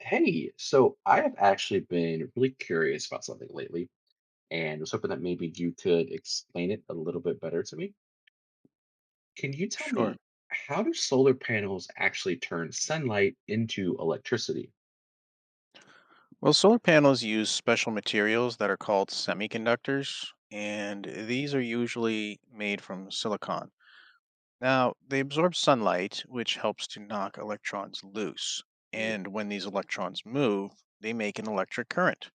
Hey, so I have actually been really curious about something lately and was hoping that maybe you could explain it a little bit better to me. Can you tell me Sure. how do solar panels actually turn sunlight into electricity? Well, solar panels use special materials that are called semiconductors, and these are usually made from silicon. Now, they absorb sunlight, which helps to knock electrons loose. Mm, And when these electrons move, they make an electric current.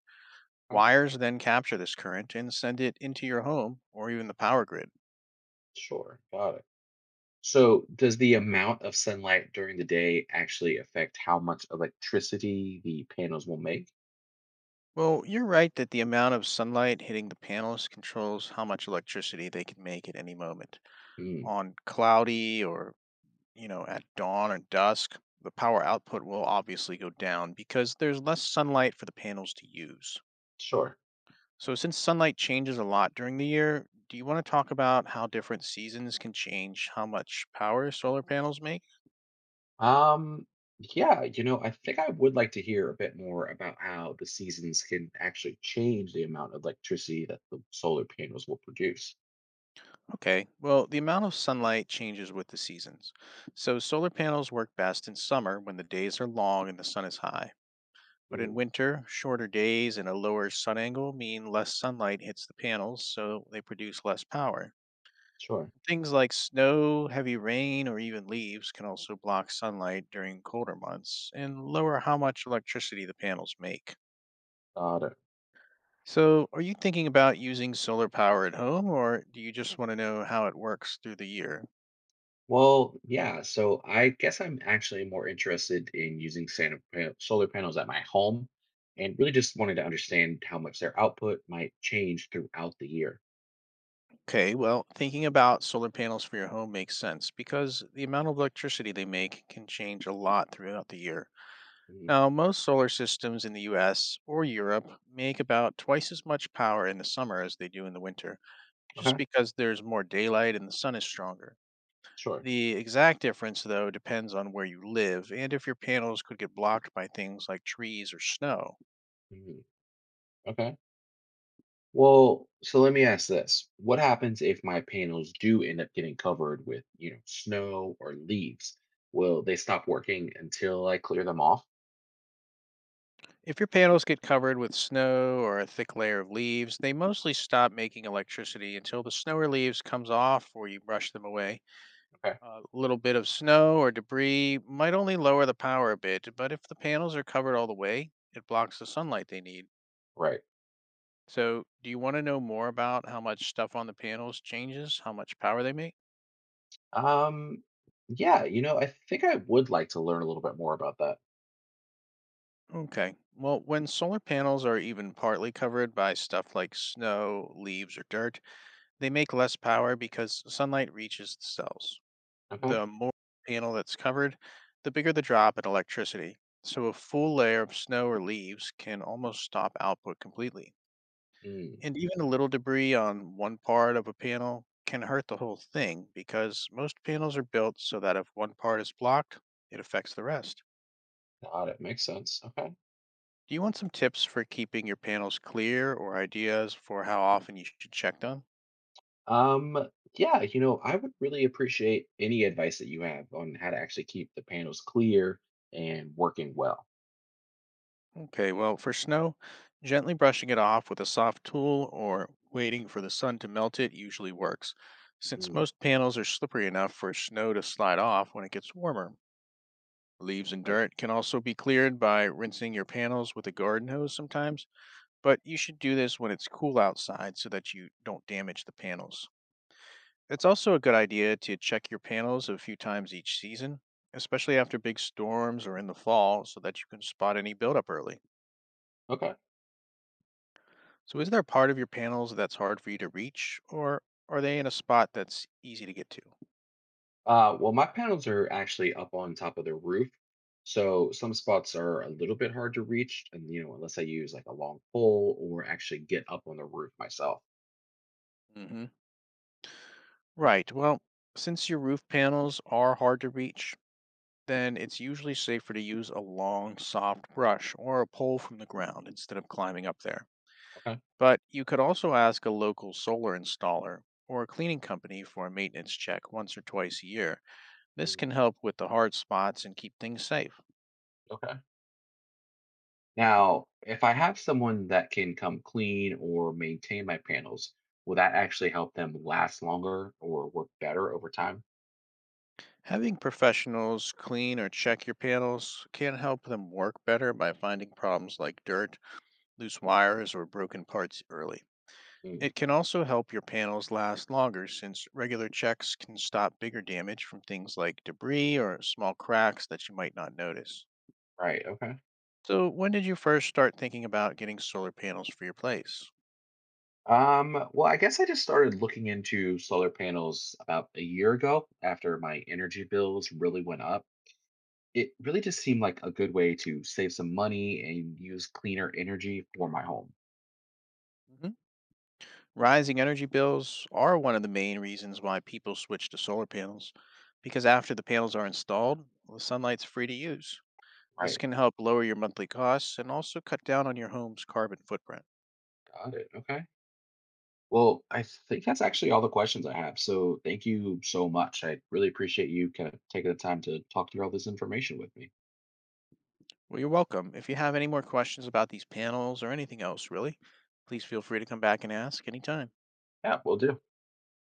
huh, Wires then capture this current and send it into your home or even the power grid. sure, got it. So, does the amount of sunlight during the day actually affect how much electricity the panels will make? Well, you're right that the amount of sunlight hitting the panels controls how much electricity they can make at any moment Mm, on cloudy or at dawn or dusk, the power output will obviously go down because there's less sunlight for the panels to use. sure. So, since sunlight changes a lot during the year, do you want to talk about how different seasons can change how much power solar panels make? Um, yeah, I think I would like to hear a bit more about how the seasons can actually change the amount of electricity that the solar panels will produce. Okay, well, the amount of sunlight changes with the seasons. So, solar panels work best in summer when the days are long and the sun is high. But in Mm, winter, shorter days and a lower sun angle mean less sunlight hits the panels, so they produce less power. sure. Things like snow, heavy rain, or even leaves can also block sunlight during colder months and lower how much electricity the panels make. Got it. So, are you thinking about using solar power at home, or do you just want to know how it works through the year? Well, yeah, so I guess I'm actually more interested in using solar panels at my home and really just wanted to understand how much their output might change throughout the year. Okay, well, thinking about solar panels for your home makes sense because the amount of electricity they make can change a lot throughout the year. Mhm. Now, most solar systems in the US or Europe make about twice as much power in the summer as they do in the winter, just Okay, because there's more daylight and the sun is stronger. sure. The exact difference, though, depends on where you live and if your panels could get blocked by things like trees or snow. Mhm. Okay. Well, so let me ask this. What happens if my panels do end up getting covered with, snow or leaves? Will they stop working until I clear them off? If your panels get covered with snow or a thick layer of leaves, they mostly stop making electricity until the snow or leaves comes off or you brush them away. Okay. A little bit of snow or debris might only lower the power a bit, but if the panels are covered all the way, it blocks the sunlight they need. Right. So, do you want to know more about how much stuff on the panels changes, how much power they make? Um yeah, I think I would like to learn a little bit more about that. Okay. Well, when solar panels are even partly covered by stuff like snow, leaves, or dirt, they make less power because sunlight reaches the cells. The Okay. more panel that's covered, the bigger the drop in electricity. So, a full layer of snow or leaves can almost stop output completely. Mm, And even a little debris on one part of a panel can hurt the whole thing because most panels are built so that if one part is blocked, it affects the rest. got it. Makes sense. Okay. Do you want some tips for keeping your panels clear or ideas for how often you should check them? Um yeah, I would really appreciate any advice that you have on how to actually keep the panels clear and working well. Okay, well, for snow, gently brushing it off with a soft tool or waiting for the sun to melt it usually works, since Mm, most panels are slippery enough for snow to slide off when it gets warmer. Leaves and right. dirt can also be cleared by rinsing your panels with a garden hose sometimes, but you should do this when it's cool outside so that you don't damage the panels. It's also a good idea to check your panels a few times each season, especially after big storms or in the fall, so that you can spot any buildup early. Okay. So, is there a part of your panels that's hard for you to reach, or are they in a spot that's easy to get to? Well, my panels are actually up on top of the roof, so some spots are a little bit hard to reach, and unless I use like a long pole or actually get up on the roof myself. Hmm. Right. Well, since your roof panels are hard to reach, then it's usually safer to use a long, soft brush or a pole from the ground instead of climbing up there. Okay. But you could also ask a local solar installer or a cleaning company for a maintenance check once or twice a year. This Mm, can help with the hard spots and keep things safe. okay. Now, if I have someone that can come clean or maintain my panels, will that actually help them last longer or work better over time? Having professionals clean or check your panels can help them work better by finding problems like dirt, loose wires, or broken parts early. Mm, It can also help your panels last longer since regular checks can stop bigger damage from things like debris or small cracks that you might not notice. right. Okay. So, when did you first start thinking about getting solar panels for your place? Well, I guess I just started looking into solar panels about a year ago after my energy bills really went up. It really just seemed like a good way to save some money and use cleaner energy for my home. Mhm. Rising energy bills are one of the main reasons why people switch to solar panels, because after the panels are installed, the sunlight's free to use. This Right. can help lower your monthly costs and also cut down on your home's carbon footprint. Got it. Okay. Well, I think that's actually all the questions I have. So thank you so much. I really appreciate you kind of taking the time to talk through all this information with me. Well, you're welcome. If you have any more questions about these panels or anything else, really, please feel free to come back and ask anytime. Yeah, we'll do.